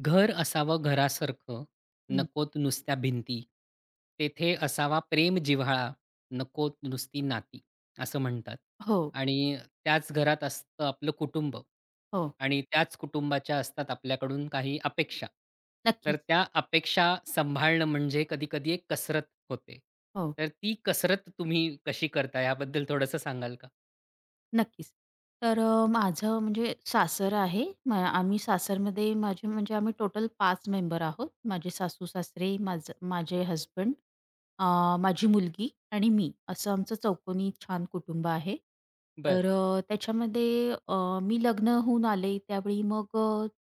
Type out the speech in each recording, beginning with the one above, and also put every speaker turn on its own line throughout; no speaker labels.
घर असावं घरासारखं,
हं.
नकोत नुसत्या भिंती. तेथे असावा प्रेम जिव्हाळा, नकोत नुसती नाती, असं म्हणतात.
हो,
आणि त्याच घरात असतं आपलं कुटुंब.
हो.
आणि त्याच कुटुंबाच्या असतात आपल्याकडून काही अपेक्षा. तर
नक्कीच.
त्या अपेक्षा सांभाळणं म्हणजे कधी-कधी एक कसरत होते.
हो,
तर ती कसरत तुम्ही कशी करता याबद्दल थोडंसं सांगाल का?
नक्कीच. तर माझं म्हणजे सासर आहे. आम्ही सासरमध्ये माझे म्हणजे आम्ही टोटल 5 मेंबर आहोत. माझे सासू-सासरे, माझे हसबंड माझी मुलगी आणि मी असं आमचं चौकोनी छान कुटुंब आहे.
बर.
तर त्याच्यामध्ये मी लग्न होऊन आले त्यावेळी मग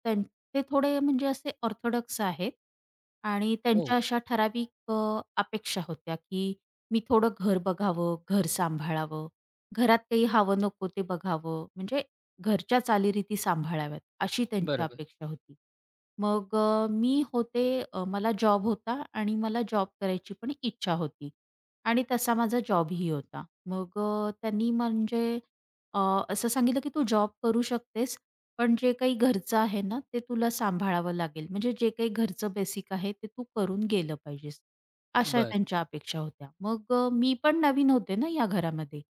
त्यां ते थोडे म्हणजे असे ऑर्थोडॉक्स आहेत आणि
हो.
त्यांच्या अशा ठराविक अपेक्षा होत्या, की मी थोडं घर बघावं, घर सांभाळावं, घरात काही हवं नको ते बघावं, म्हणजे घरच्या चालीरीती सांभाळाव्यात, अशी त्यांची
बरोबर.
अपेक्षा होती. मग मी होते मला जॉब होता आणि मला जॉब करायची पण इच्छा होती आणि तसा माझा जॉबही होता. मग त्यांनी म्हणजे अ, असं सांगितलं, की "तू जॉब करू शकतेस, पण जे काही घरचं आहे ना, ते तुला सांभाळावं लागेल. म्हणजे जे काही घरचं बेसिक आहे, ते तू करून गेलं पाहिजेस." अशा
बरं.
त्यांच्या अपेक्षा होत्या. मग मी पण नवीन होते ना या घरामध्ये.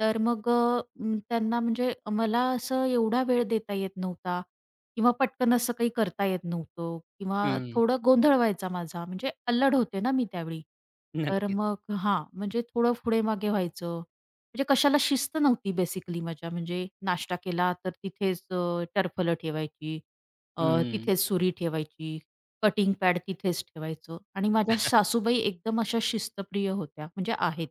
तर मग त्यांना म्हणजे मला असं एवढा वेळ देता येत नव्हता. किंवा पटकन असं काही करता येत नव्हतं किंवा अच्छा.
हं.
थोडं गोंधळ व्हायचा माझा, म्हणजे अल्लड होते ना मी त्यावेळी. तर
नक्कीच.
मग हां, म्हणजे थोडं पुढे-मागे व्हायचं. म्हणजे कशाला शिस्त नव्हती बेसिकली माझ्या, म्हणजे नाश्ता केला तर तिथेच टरफलं ठेवायची, अ,
हं.
तिथेच सुरी ठेवायची, कटिंग पॅड तिथेच ठेवायचं आणि माझ्या सासूबाई एकदम अशा शिस्तप्रिय होत्या, म्हणजे आहेत.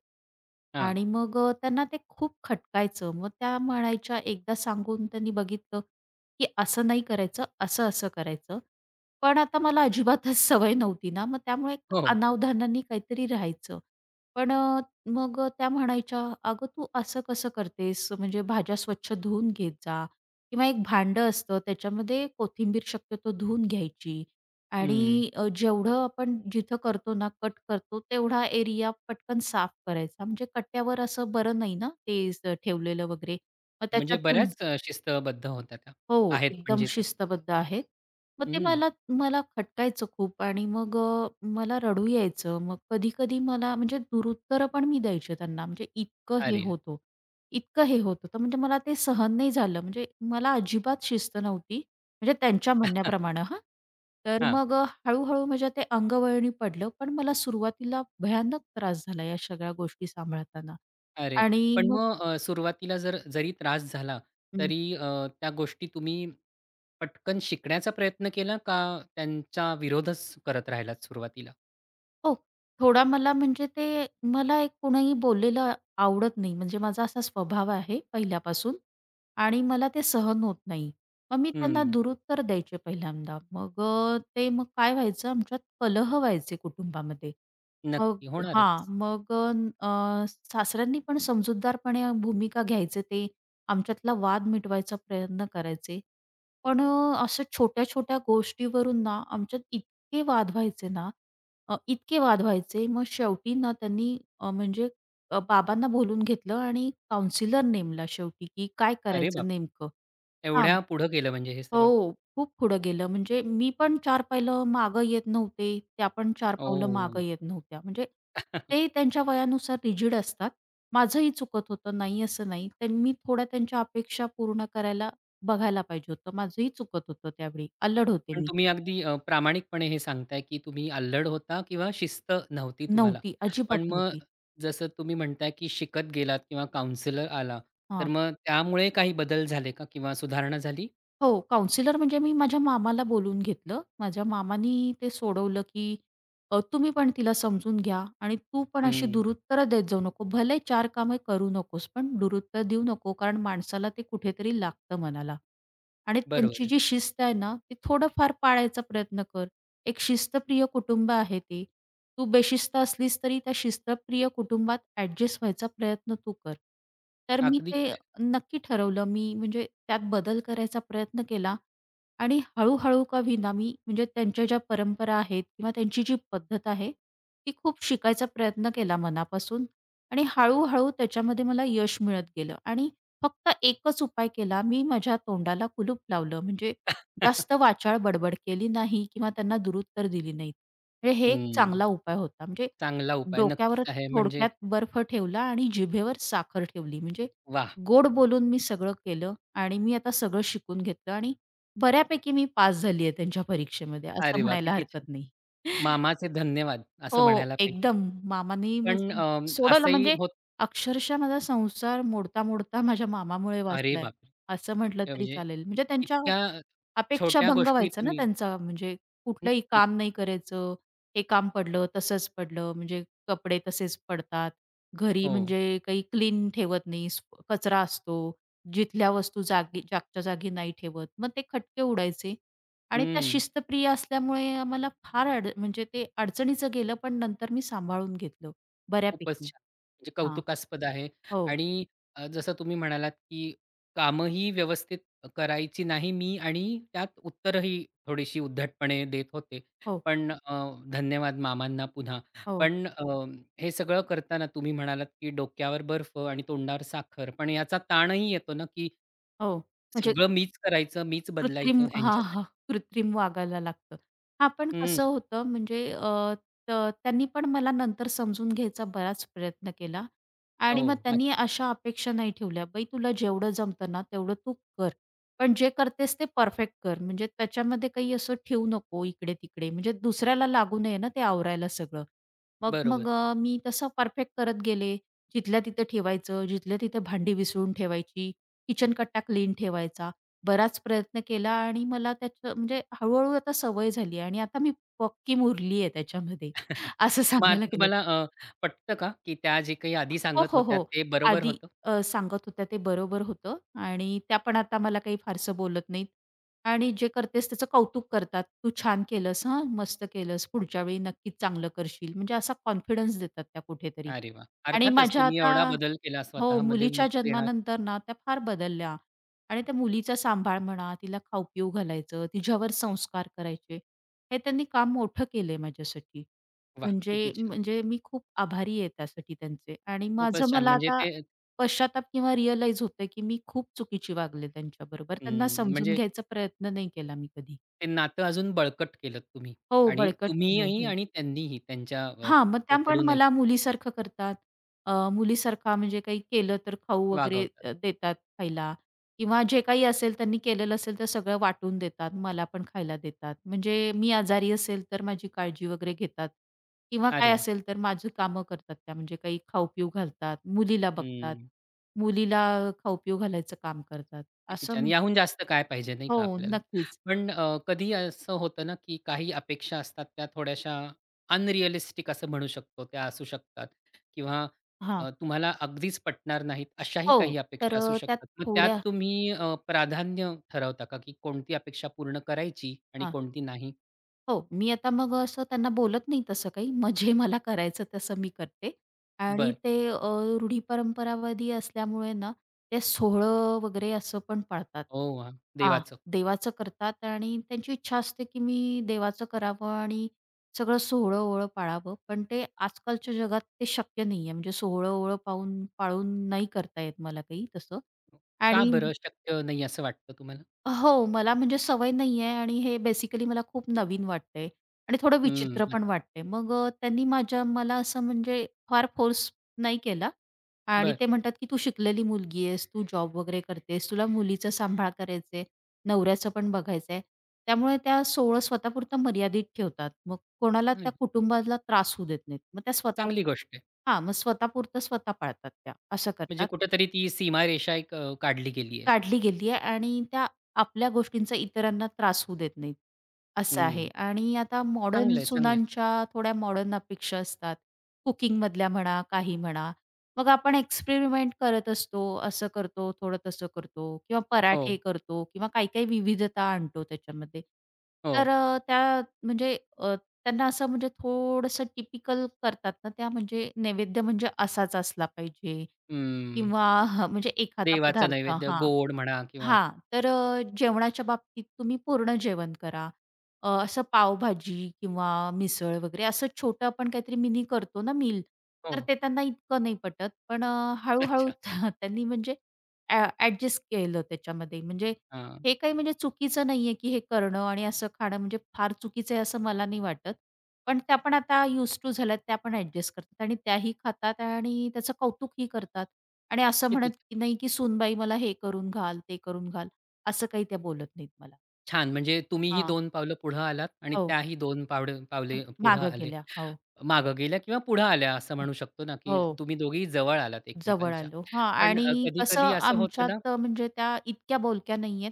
हां.
आणि मग त्यांना ते खूप खटकायचं. मग त्या म्हणायच्या एकदा सांगून त्यांनी बघितलं की असं नाही करायचं, असं-असं करायचं. पण आता मला अजिबातच सवय नव्हती ना, मग त्यामुळे
हो.
अनावधानाने काहीतरी राहायचं. पण मग त्या म्हणायच्या, "अगं तू असं कसं करतेस? म्हणजे भाज्या स्वच्छ धुवून घेत जा." किंवा एक भांडं असतं त्याच्यामध्ये कोथिंबीर शक्यतो धुवून घ्यायची
हं.
आणि जेवढं आपण जिथं करतो ना, कट करतो तेवढा एरिया पटकन साफ करायचा. म्हणजे कट्ट्यावर असं बरं नाही ना, ते ठेवलेलं वगैरे. मग
म्हणजे
त्याच्यातून
बऱ्याच शिस्तबद्ध होत्या त्या.
हो,
आहेत
एकदम
म्हणजे त्या.
शिस्तबद्ध आहेत. मग ते
हं.
मला मला खटकायचं खूप आणि मग मला रडू यायचं. मग कधी-कधी मला म्हणजे दुरुत्तरं पण मी द्यायचे त्यांना. म्हणजे इतकं हे
अरे, अरे!
होतं, इतकं हे होतं. तर म्हणजे मला ते सहन नाही झालं. म्हणजे मला अजिबात शिस्त नव्हती. म्हणजे त्यांच्या म्हणण्याप्रमाणे हां. तर
हां.
मग हळू म्हणजे ते अंगवळणी पडलं. पण मला सुरुवातीला भयानक त्रास झाला या सगळ्या गोष्टी सांभाळताना
अरे!
आणि
पण
मग
मग सुरुवातीला जर जरी त्रास झाला, तरी त्या गोष्टी तुम्ही पटकन शिकण्याचा प्रयत्न केला का त्यांचा विरोधच करत राहिलात सुरुवातीला?
हो. थोडा मला म्हणजे ते मला एक कुणीही बोललेलं आवडत नाही. म्हणजे माझा असा स्वभाव आहे पहिल्यापासून आणि मला ते सहन होत नाही. मग मी त्यांना
हं.
दुरुत्तर द्यायचे पहिल्यांदा. मग ते मग काय व्हायचं आमच्यात कलह व्हायचे कुटुंबामध्ये. मग
नक्की.
हां.
होणारच.
मग अ, सासऱ्यांनी पण समजूतदारपणे भूमिका घ्यायचे ते आमच्यातला वाद मिटवायचा प्रयत्न करायचे. पण अशा छोट्या-छोट्या गोष्टीवरून ना, आमच्यात इतके वाद व्हायचे ना, इतके वाद व्हायचे. मग शेवटी ना त्यांनी म्हणजे बाबांना बोलवून घेतलं आणि काउन्सिलर नेमला शेवटी, की काय
अरे
करायचं
बाप!
नेमकं? हां.
एवढ्या पुढं गेलं म्हणजे हे सगळं.
हो, खूप पुढं गेलं. म्हणजे मी पण 4 पावलं मागं येत नव्हते, त्या पण 4 पावलं
ओह!
मागं येत नव्हत्या. म्हणजे ते त्यांच्या वयानुसार रिजिड असतात. माझंही चुकत होतं, नाही असं नाही. तर मी थोड्या त्यांच्या अपेक्षा पूर्ण करायला बघायला पाहिजे होतं. माझंही चुकत होतं त्यावेळी. अल्लड होते
पण
मी.
तुम्ही अगदी प्रामाणिकपणे हे सांगताय, की तुम्ही अल्लड होता किंवा शिस्त नव्हती तुम्हाला.
नव्हती, अजिबात
पण मग
नव्हती.
जसं तुम्ही म्हणताय, की शिकत गेलात किंवा काउंसलर आला, तर
हां.
मग त्यामुळे काही बदल झाले का किंवा सुधारणा झाली?
हो, काउन्सिलर म्हणजे मी माझ्या मामाला बोलून घेतलं. माझ्या मामानी ते सोडवलं, की तुम्ही पण तिला समजून घ्या आणि तू पण अशी
हं,
दुरुत्तरं देत जाऊ नको. भले चार कामे करू नकोस, पण दुरुत्तर देऊ नको, कारण माणसाला ते कुठेतरी लागतं मनाला. आणि
बरोबर
त्यांची
आहे.
जी शिस्त आहे ना, ती थोडंफार पाळायचा प्रयत्न कर. एक शिस्तप्रिय कुटुंब आहे ते. तू बेशिस्त असलीस तरी त्या शिस्तप्रिय कुटुंबात ॲडजस्ट व्हायचा प्रयत्न तू कर. तर मी
अगदी
ते
खरं आहे.
नक्की ठरवलं मी म्हणजे त्यात बदल करायचा प्रयत्न केला आणि हळूहळू का होईना मी म्हणजे त्यांच्या ज्या परंपरा आहेत किंवा त्यांची जी पद्धत आहे ती खूप शिकायचा प्रयत्न केला मनापासून आणि हळूहळू त्याच्यामध्ये मला यश मिळत गेलं आणि फक्त एकच उपाय केला मी माझ्या तोंडाला कुलूप लावलं म्हणजे जास्त वाचाळ बडबड केली नाही किंवा त्यांना दुरुत्तर दिली नाहीत म्हणजे हे एक
हं,
चांगला उपाय होता म्हणजे
चांगला उपाय
डोक्यावर
नक्कीच आहे. म्हणजे
थोडक्यात बर्फ ठेवला आणि जिभेवर साखर ठेवली म्हणजे
वाह!
गोड बोलून मी सगळं केलं आणि मी आता सगळं शिकून घेतलं आणि बऱ्यापैकी मी पास झाली आहे त्यांच्या परीक्षेमध्ये
अरे
असं
वाह!
म्हणायला
किती छान.
हरकत नाही.
मामाचे धन्यवाद
हो,
असं म्हणायला पाहिजे.
एकदम मामांनी
पण
माझं सोडवलं
असंही
म्हणजे
होत.
अक्षरशः माझा संसार मोडता-मोडता माझ्या मामामुळे
अरे
वाचलाय, असं म्हटलं
बापरे!
तरी
म्हणजे
चालेल. म्हणजे त्यांच्या
इतक्या
अपेक्षा
छोट्या
भंग
गोष्टी
व्हायचा ना
तुम्ही.
त्यांचा, म्हणजे कुठलंही
नक्कीच.
काम नाही करायचं. हे काम पडलं, तसंच पडलं. म्हणजे कपडे तसेच पडतात. घरी
हो.
म्हणजे काही क्लीन ठेवत नाही. कचरा असतो. जिथल्या वस्तू जागच्या जागी नाही ठेवत. मग ते खटके उडायचे आणि त्या
हं.
शिस्तप्रिय असल्यामुळे आम्हाला फार म्हणजे ते अडचणीचं गेलं, पण नंतर मी सांभाळून घेतलं
खूपच
बऱ्यापैकी.
छान. म्हणजे
हां.
कौतुकास्पद आहे.
हो,
आणि जसं तुम्ही म्हणालात, की कामंही व्यवस्थित करायची नाही मी आणि त्यात उत्तरंही थोडीशी उद्धटपणे देत होते.
हो,
पण धन्यवाद मामांना पुन्हा.
हो,
पण हे सगळं करताना तुम्ही म्हणालात, की डोक्यावर बर्फ आणि तोंडावर साखर. पण याचा ताणही येतो ना, की
हो. म्हणजे
सगळं मीच करायचं, मीच
कृत्रिम
बदलायचं
हां,
ह्यांच्यासाठी.
हां. कृत्रिम वागायला लागतं. हां, पण
हं.
कसं होतं म्हणजे त त्यांनी पण मला नंतर समजून घ्यायचा बराच प्रयत्न केला आणि मग
हो. अच्छा.
त्यांनी अशा अपेक्षा नाही ठेवल्या, "बाई तुला जेवढं जमतं ना तेवढं तू कर. पण जे करतेस ते परफेक्ट कर. म्हणजे त्याच्यामध्ये काही असं ठेवू नको इकडे-तिकडे." म्हणजे दुसऱ्याला लागू नये ना ते आवरायला सगळं. मग
बरोबर.
मग मी तसं परफेक्ट करत गेले. जिथल्या तिथं ठेवायचं, जिथल्या तिथं भांडी विसळून ठेवायची, किचन कट्टा क्लीन ठेवायचा. बराच प्रयत्न केला आणि मला त्याचं म्हणजे हळूहळू आता सवय झाली आहे आणि आता मी पक्की मुरली आहे त्याच्यामध्ये
हां.
असं
मग
सांगायला
आता
गेलं.
तुम्हाला पटतं का, की त्या जे काही आधी
हो,
सांगत
हो,
होत्या
हो.
ते बरोबर
आधी
होतं?
सांगत होत्या ते बरोबर होतं आणि त्या पण आता मला काही फारसं बोलत नाहीत आणि जे करतेस त्याचं कौतुक करतात. "तू छान केलंस हां, मस्त केलंस. पुढच्या वेळी नक्कीच चांगलं करशील." म्हणजे असा कॉन्फिडन्स देतात त्या कुठेतरी
अरे वाह!
आणि
अर्थातच
माझ्या
तुम्ही
आता
एवढा बदल केला
हो,
स्वतःमध्ये मग
मुलीच्या
देणार.
जन्मानंतर ना त्या फार बदलल्या आणि त्या मुलीचा सांभाळ म्हणा, तिला खाऊ-पिऊ घालायचं, तिच्यावर संस्कार करायचे, हे त्यांनी काम मोठं केलंय माझ्यासाठी.
वाह!
म्हणजे
किती छान.
म्हणजे मी खूप आभारी आहे त्यासाठी त्यांचे आणि माझं
खूपच छान.
मला
म्हणजे
आता
ते.
पश्चाताप किंवा रिअलाईज होतंय, की मी खूप चुकीची वागले त्यांच्याबरोबर. त्यांना
हं,
समजून
म्हणजे
घ्यायचा प्रयत्न नाही केला मी कधी.
ते नातं अजून बळकट केलत तुम्ही.
हो,
आणि
बळकट केलं.
तुम्हीही
हो.
आणि त्यांनीही त्यांच्या
हां, मग त्या पण
कडूनही
मला मुलीसारखं करतात. मुलीसारखा म्हणजे काही केलं तर खाऊ वगैरे
वागवतात.
देतात खायला किंवा जे काही असेल त्यांनी केलेलं असेल तर सगळं वाटून देतात. मला पण खायला देतात. म्हणजे मी आजारी असेल तर माझी काळजी वगैरे घेतात किंवा काय
अरे वाह!
असेल तर माझी कामं करतात त्या. म्हणजे काही खाऊ-पिऊ घालतात, मुलीला बघतात,
हं.
मुलीला खाऊ-पिऊ घालायचं काम करतात.
किती
असं
छान!
म्हण
याहून जास्त काय पाहिजे नाही
हो,
का आपल्याला.
नक्कीच.
पण कधी असं होतं ना, की काही अपेक्षा असतात त्या थोड्याशा अनरिअलिस्टिक असं म्हणू शकतो. त्या असू शकतात किंवा
हां.
तुम्हाला अगदीच पटणार नाहीत अशाही
हो,
काही
तर
अपेक्षा असू
त्यात
शकतात. मग त्यात
थोड्या
तुम्ही प्राधान्य ठरवता का, की कोणती अपेक्षा पूर्ण करायची आणि
हां.
कोणती नाही?
हो, मी आता मग असं त्यांना बोलत नाही तसं काही. मग जे मला करायचं तसं मी करते आणि
बरं.
ते रूढी परंपरावादी असल्यामुळे ना, ते सोहळं वगैरे असं पण पाळतात.
ओ वाह!
हां,
देवाचं.
देवाचं करतात आणि त्यांची इच्छा असते, की मी देवाचं करावं आणि सगळं सोहळं-ओहळं पाळावं. पण ते आजकालच्या जगात ते शक्य नाहीये. म्हणजे सोहळं-ओहळं पाहून पाळून नाही करता येत मला काही तसं
का
आणि
बरं शक्य नाही असं वाटतं तुम्हाला?
हो, मला म्हणजे सवय नाहीये आणि हे बेसिकली मला खूप नवीन वाटतंय आणि थोडं
हं,
विचित्र
अच्छा.
पण वाटतंय. मग त्यांनी माझ्या मला असं म्हणजे फार फोर्स नाही केला आणि
बरं.
ते म्हणतात, की "तू शिकलेली मुलगी आहेस, तू जॉब वगैरे करतेस, तुला मुलीचा सांभाळ करायचं नवऱ्याचं पण बघायचं त्यामुळे त्या सोहळं स्वतःपुरतं मर्यादित ठेवतात. मग कोणाला
अरे
त्या
वाह!
कुटुंबाला त्रास होऊ देत नाहीत. मग त्या स्वतः
चांगली गोष्ट आहे.
हां, मग स्वतःपुरतं स्वतः पाळतात त्या, असं
म्हणजे
करतात.
कुठेतरी ती सीमारेषा एक काढली गेली आहे.
काढली गेली आहे आणि त्या आपल्या गोष्टींचा इतरांना त्रास होऊ देत नाहीत, असं आहे.
हं.
आणि आता मॉडर्न
चांगलं आहे, चांगलं आहे.
सुनांच्या थोड्या मॉडर्न अपेक्षा असतात. कुकिंगमधल्या म्हणा, काही म्हणा. मग आपण एक्सपेरिमेंट करत असतो, असं करतो, थोडं तसं करतो किंवा पराठे
हो,
करतो किंवा काही-काही विविधता आणतो त्याच्यामध्ये. तर
हो.
त्या म्हणजे त्यांना असं म्हणजे थोडंसं टिपिकल करतात ना, त्या म्हणजे नैवेद्य म्हणजे असाच असला पाहिजे
हम्म.
किंवा म्हणजे एखादा
देवाचा
पदार्थ
नैवेद्य
हां.
गोड म्हणा किंवा.
हां, तर जेवणाच्या बाबतीत तुम्ही पूर्ण जेवण करा. असं पावभाजी किंवा मिसळ वगैरे असं छोटं आपण काहीतरी मिनी करतो ना मील, तर
हो.
ते त्यांना इतकं नाही पटत. पण हळू-हळू
अच्छा.
त्यांनी म्हणजे ॲडजस्ट केलं त्याच्यामध्ये. म्हणजे
हां.
हे काही म्हणजे चुकीचं नाहीये, की हे करणं आणि असं खाणं म्हणजे फार चुकीचं आहे असं मला नाही वाटत. पण त्या पण आता यूज्ड टू झाल्यात, त्या पण ॲडजस्ट करतात आणि त्याही खातात आणि त्याचं कौतुकही करतात आणि असं म्हणत
किती
की नाही, की "सूनबाई मला हे करून घाल, ते करून घाल." असं काही त्या बोलत नाहीत मला.
छान! म्हणजे तुम्हीही
हां.
2 पावलं पुढे आलात आणि
हो.
त्याही 2 पावले पुढे
मागं
आले.
गेल्या. हो.
मागे गेल्या किंवा पुढे आल्या असं म्हणू शकतो ना, की
हो.
तुम्ही दोघेही जवळ आलात
जवळ
एकमेकांच्या.
आलो. हां
पण
आणि कसं
कधी-कधी असं होतं ना.
आमच्यात म्हणजे त्या इतक्या बोलक्या नाहीयेत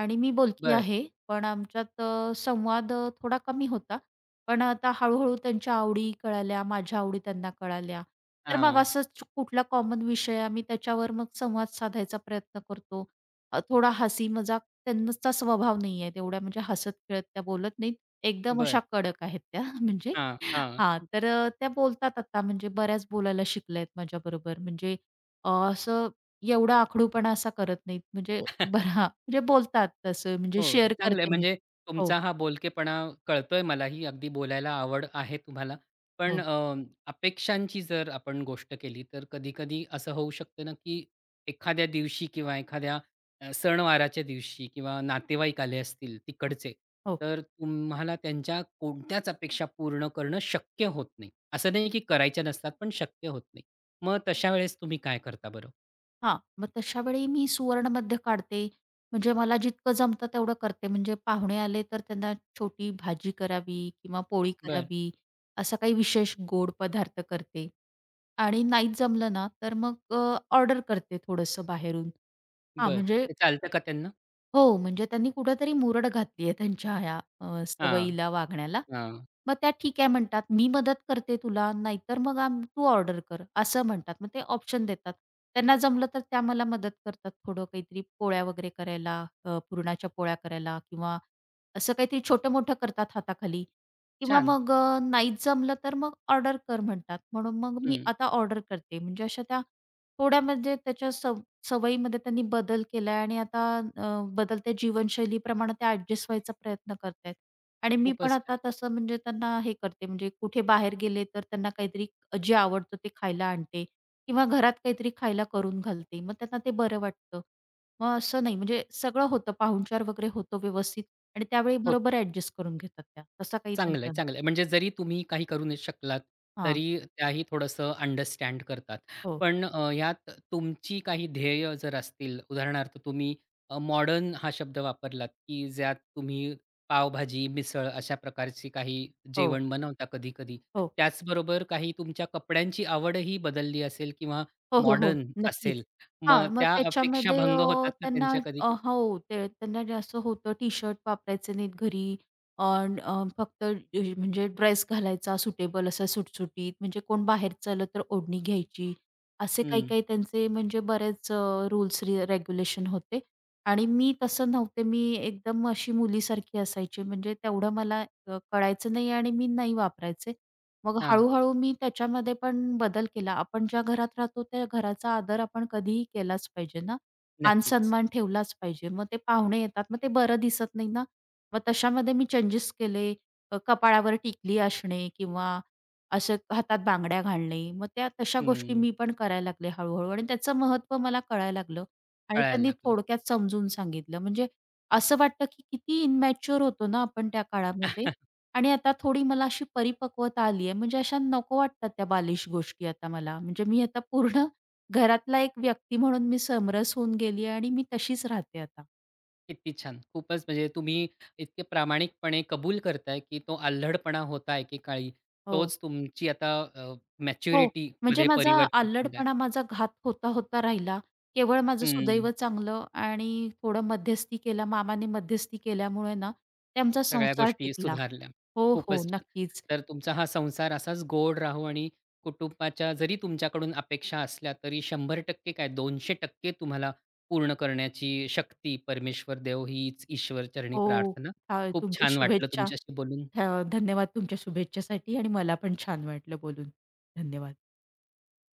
आणि मी बोलकी
बरं.
आहे. पण आमच्यात संवाद थोडा कमी होता. पण आता हळू-हळू त्यांच्या आवडी कळाल्या, माझ्या आवडी त्यांना कळाल्या. तर मग
हां.
असंच कुठला कॉमन विषय आम्ही त्याच्यावर मग संवाद साधायचा प्रयत्न करतो. थोडा हसी-मजाक त्यांचा स्वभाव नाहीये तेवढ्या म्हणजे हसत-खेळत त्या बोलत नाहीत. एकदम
बरं.
अशा कडक आहेत त्या म्हणजे
हां, हां.
हां, तर त्या बोलतात आता म्हणजे बऱ्याच बोलायला शिकल्या आहेत माझ्याबरोबर. म्हणजे असं एवढा आखडूपणा असा करत नाहीत. म्हणजे बरं म्हणजे बोलतात तसं म्हणजे
हो,
शेअर
चांगलं आहे.
करते मी.
म्हणजे
हो,
तुमचा हा बोलकेपणा कळतोय मलाही. अगदी बोलायला आवड आहे तुम्हाला. पण
हो,
अपेक्षांची जर आपण गोष्ट केली, तर कधी-कधी असं होऊ शकतं ना, की एखाद्या दिवशी किंवा एखाद्या सणवाराच्या दिवशी किंवा नातेवाईक आले असतील तिकडचे,
हो.
तर तुम्हाला त्यांच्या कोणत्याच अपेक्षा पूर्ण करणं शक्य होत नाही. असं नाही की करायच्या नसतात, पण शक्य होत नाही. मग तशा वेळेस तुम्ही काय करता बरं?
हां. मग तशा वेळी मी सुवर्णमध्य काढते. म्हणजे मला जितकं जमतं तेवढं करते. म्हणजे पाहुणे आले तर त्यांना छोटी भाजी करावी किंवा पोळी
बरं,
करावी, असा काही विशेष गोड पदार्थ करते. आणि नाहीच जमलं ना, तर मग ऑर्डर करते थोडंसं बाहेरून. हां,
बरं.
म्हणजे
ते चालतं का त्यांना?
हो, म्हणजे त्यांनी कुठेतरी मुरड घातली आहे त्यांच्या ह्या
हां,
सवयीला, वागण्याला.
हां.
मग त्या ठीक आहे म्हणतात, "मी मदत करते तुला, नाहीतर मग तू ऑर्डर कर," असं म्हणतात. मग ते ऑप्शन देतात. त्यांना जमलं तर त्या मला मदत करतात थोडं काहीतरी पोळ्या वगैरे करायला, पुरणाच्या पोळ्या करायला किंवा असं काहीतरी छोटं-मोठं करतात हाताखाली किंवा
छान.
मग नाहीच जमलं तर मग ऑर्डर कर म्हणतात. म्हणून मग मी
हं.
आता ऑर्डर करते. म्हणजे अशा त्या थोड्या म्हणजे त्याच्या सवयीमध्ये त्यांनी बदल केलाय आणि आता बदलत्या जीवनशैलीप्रमाणे ते ॲडजस्ट व्हायचा प्रयत्न करतायत. आणि मी पण
खूपच
आता
छान.
तसं म्हणजे त्यांना हे करते म्हणजे कुठे बाहेर गेले तर त्यांना काहीतरी जे आवडतं ते खायला आणते किंवा घरात काहीतरी खायला करून घालते. मग त्यांना ते बरं वाटतं. मग असं नाही म्हणजे सगळं होतं पाहुणचार वगैरे होतो व्यवस्थित आणि त्यावेळी
हो,
बरोबर ॲडजस्ट करून घेतात त्या. तसा काही
चांगलं आहे,
त्यांचा
चांगलं आहे. म्हणजे जरी तुम्ही काही करू नाही शकलात,
हां.
तरी त्याही थोडंसं अंडरस्टँड करतात.
हो,
पण यात तुमची काही ध्येय जर असतील, उदाहरणार्थ तुम्ही मॉडर्न हा शब्द वापरलात, की ज्यात तुम्ही पावभाजी, मिसळ अशा प्रकारची काही
हो,
जेवण बनवता कधी-कधी.
हो.
त्याचबरोबर काही तुमच्या कपड्यांची आवडही बदलली असेल किंवा
हो, हो, हो.
मॉडर्न
नक्कीच.
असेल, मग
हां, मग
त्या अपेक्षा
त्याच्यामध्ये
भंग होतात ना
त्यांना
त्यांच्या कधी-कधी?
हो, ते त्यांना जास्त होतं टी-शर्ट वापरायचे नाहीत घरी. अ, अ, फक्त म्हणजे ड्रेस घालायचा सुटेबल असा सुटसुटीत. म्हणजे कोण बाहेर चाललं तर ओढणी घ्यायची. असे
हं.
काही-काही त्यांचे म्हणजे बरेच रूल्स रेग्युलेशन होते आणि मी तसं नव्हते. मी एकदम अशी मुलीसारखी असायची. म्हणजे तेवढं मला कळायचं नाही आणि मी नाही वापरायचे. मग
हां,
हळू-हळू मी त्याच्यामध्ये पण बदल केला. आपण ज्या घरात राहतो त्या घराचा आदर आपण कधीही केलाच पाहिजे ना.
नक्कीच.
मान-सन्मान ठेवलाच पाहिजे. मग ते पाहुणे येतात, मग ते बरं दिसत नाही ना. मग तशामध्ये मी चेंजेस केले. कपाळावर टिकली असणे किंवा असं हातात बांगड्या घालणे. मग त्या तशा गोष्टी
हं,
मी पण करायला लागले हळू आणि त्याचं महत्त्व मला कळायला लागलं आणि
कळायला
त्यांनी
लागलं.
थोडक्यात समजून सांगितलं. म्हणजे असं वाटतं की किती इमॅच्युअर होतो ना आपण त्या काळामध्ये. आणि आता थोडी मला अशी परिपक्वता आली आहे, म्हणजे अशा नको वाटतात त्या बालिश गोष्टी आता मला. म्हणजे मी आता पूर्ण घरातला एक व्यक्ती म्हणून मी समरस होऊन गेली आहे आणि मी तशीच राहते आता.
किती छान! खूपच म्हणजे तुम्ही इतके प्रामाणिकपणे कबूल करताय, की तो आल्हडपणा होता एकेकाळी,
हो.
तोच तुमची आता
हो, म्हणजे
मॅच्युरिटीमध्ये
माझा
परिवर्तित झालाय.
अल्लडपणा माझा घात होता-होता राहिला. केवळ माझं
हं,
सुदैव चांगलं आणि थोडं मध्यस्थी केला, मामाने मध्यस्थी केल्यामुळे ना, ते
सगळ्या
संसार
गोष्टी
टिकला.
सुधारल्या.
हो, हो,
खूपच छान!
नक्कीच.
तर तुमचा हा संसार असाच गोड राहो आणि कुटुंबाच्या जरी तुमच्याकडून अपेक्षा असल्या तरी 100% काय 200% तुम्हाला पूर्ण करण्याची शक्ती परमेश्वर देवो हीच ईश्वरचरणी
हो.
प्रार्थना. खूप
तुमच्या
छान वाटलं
शुभेच्छा.
तुमच्याशी बोलून.
धन्यवाद तुमच्या शुभेच्छेसाठी आणि मला पण छान वाटलं बोलून. धन्यवाद.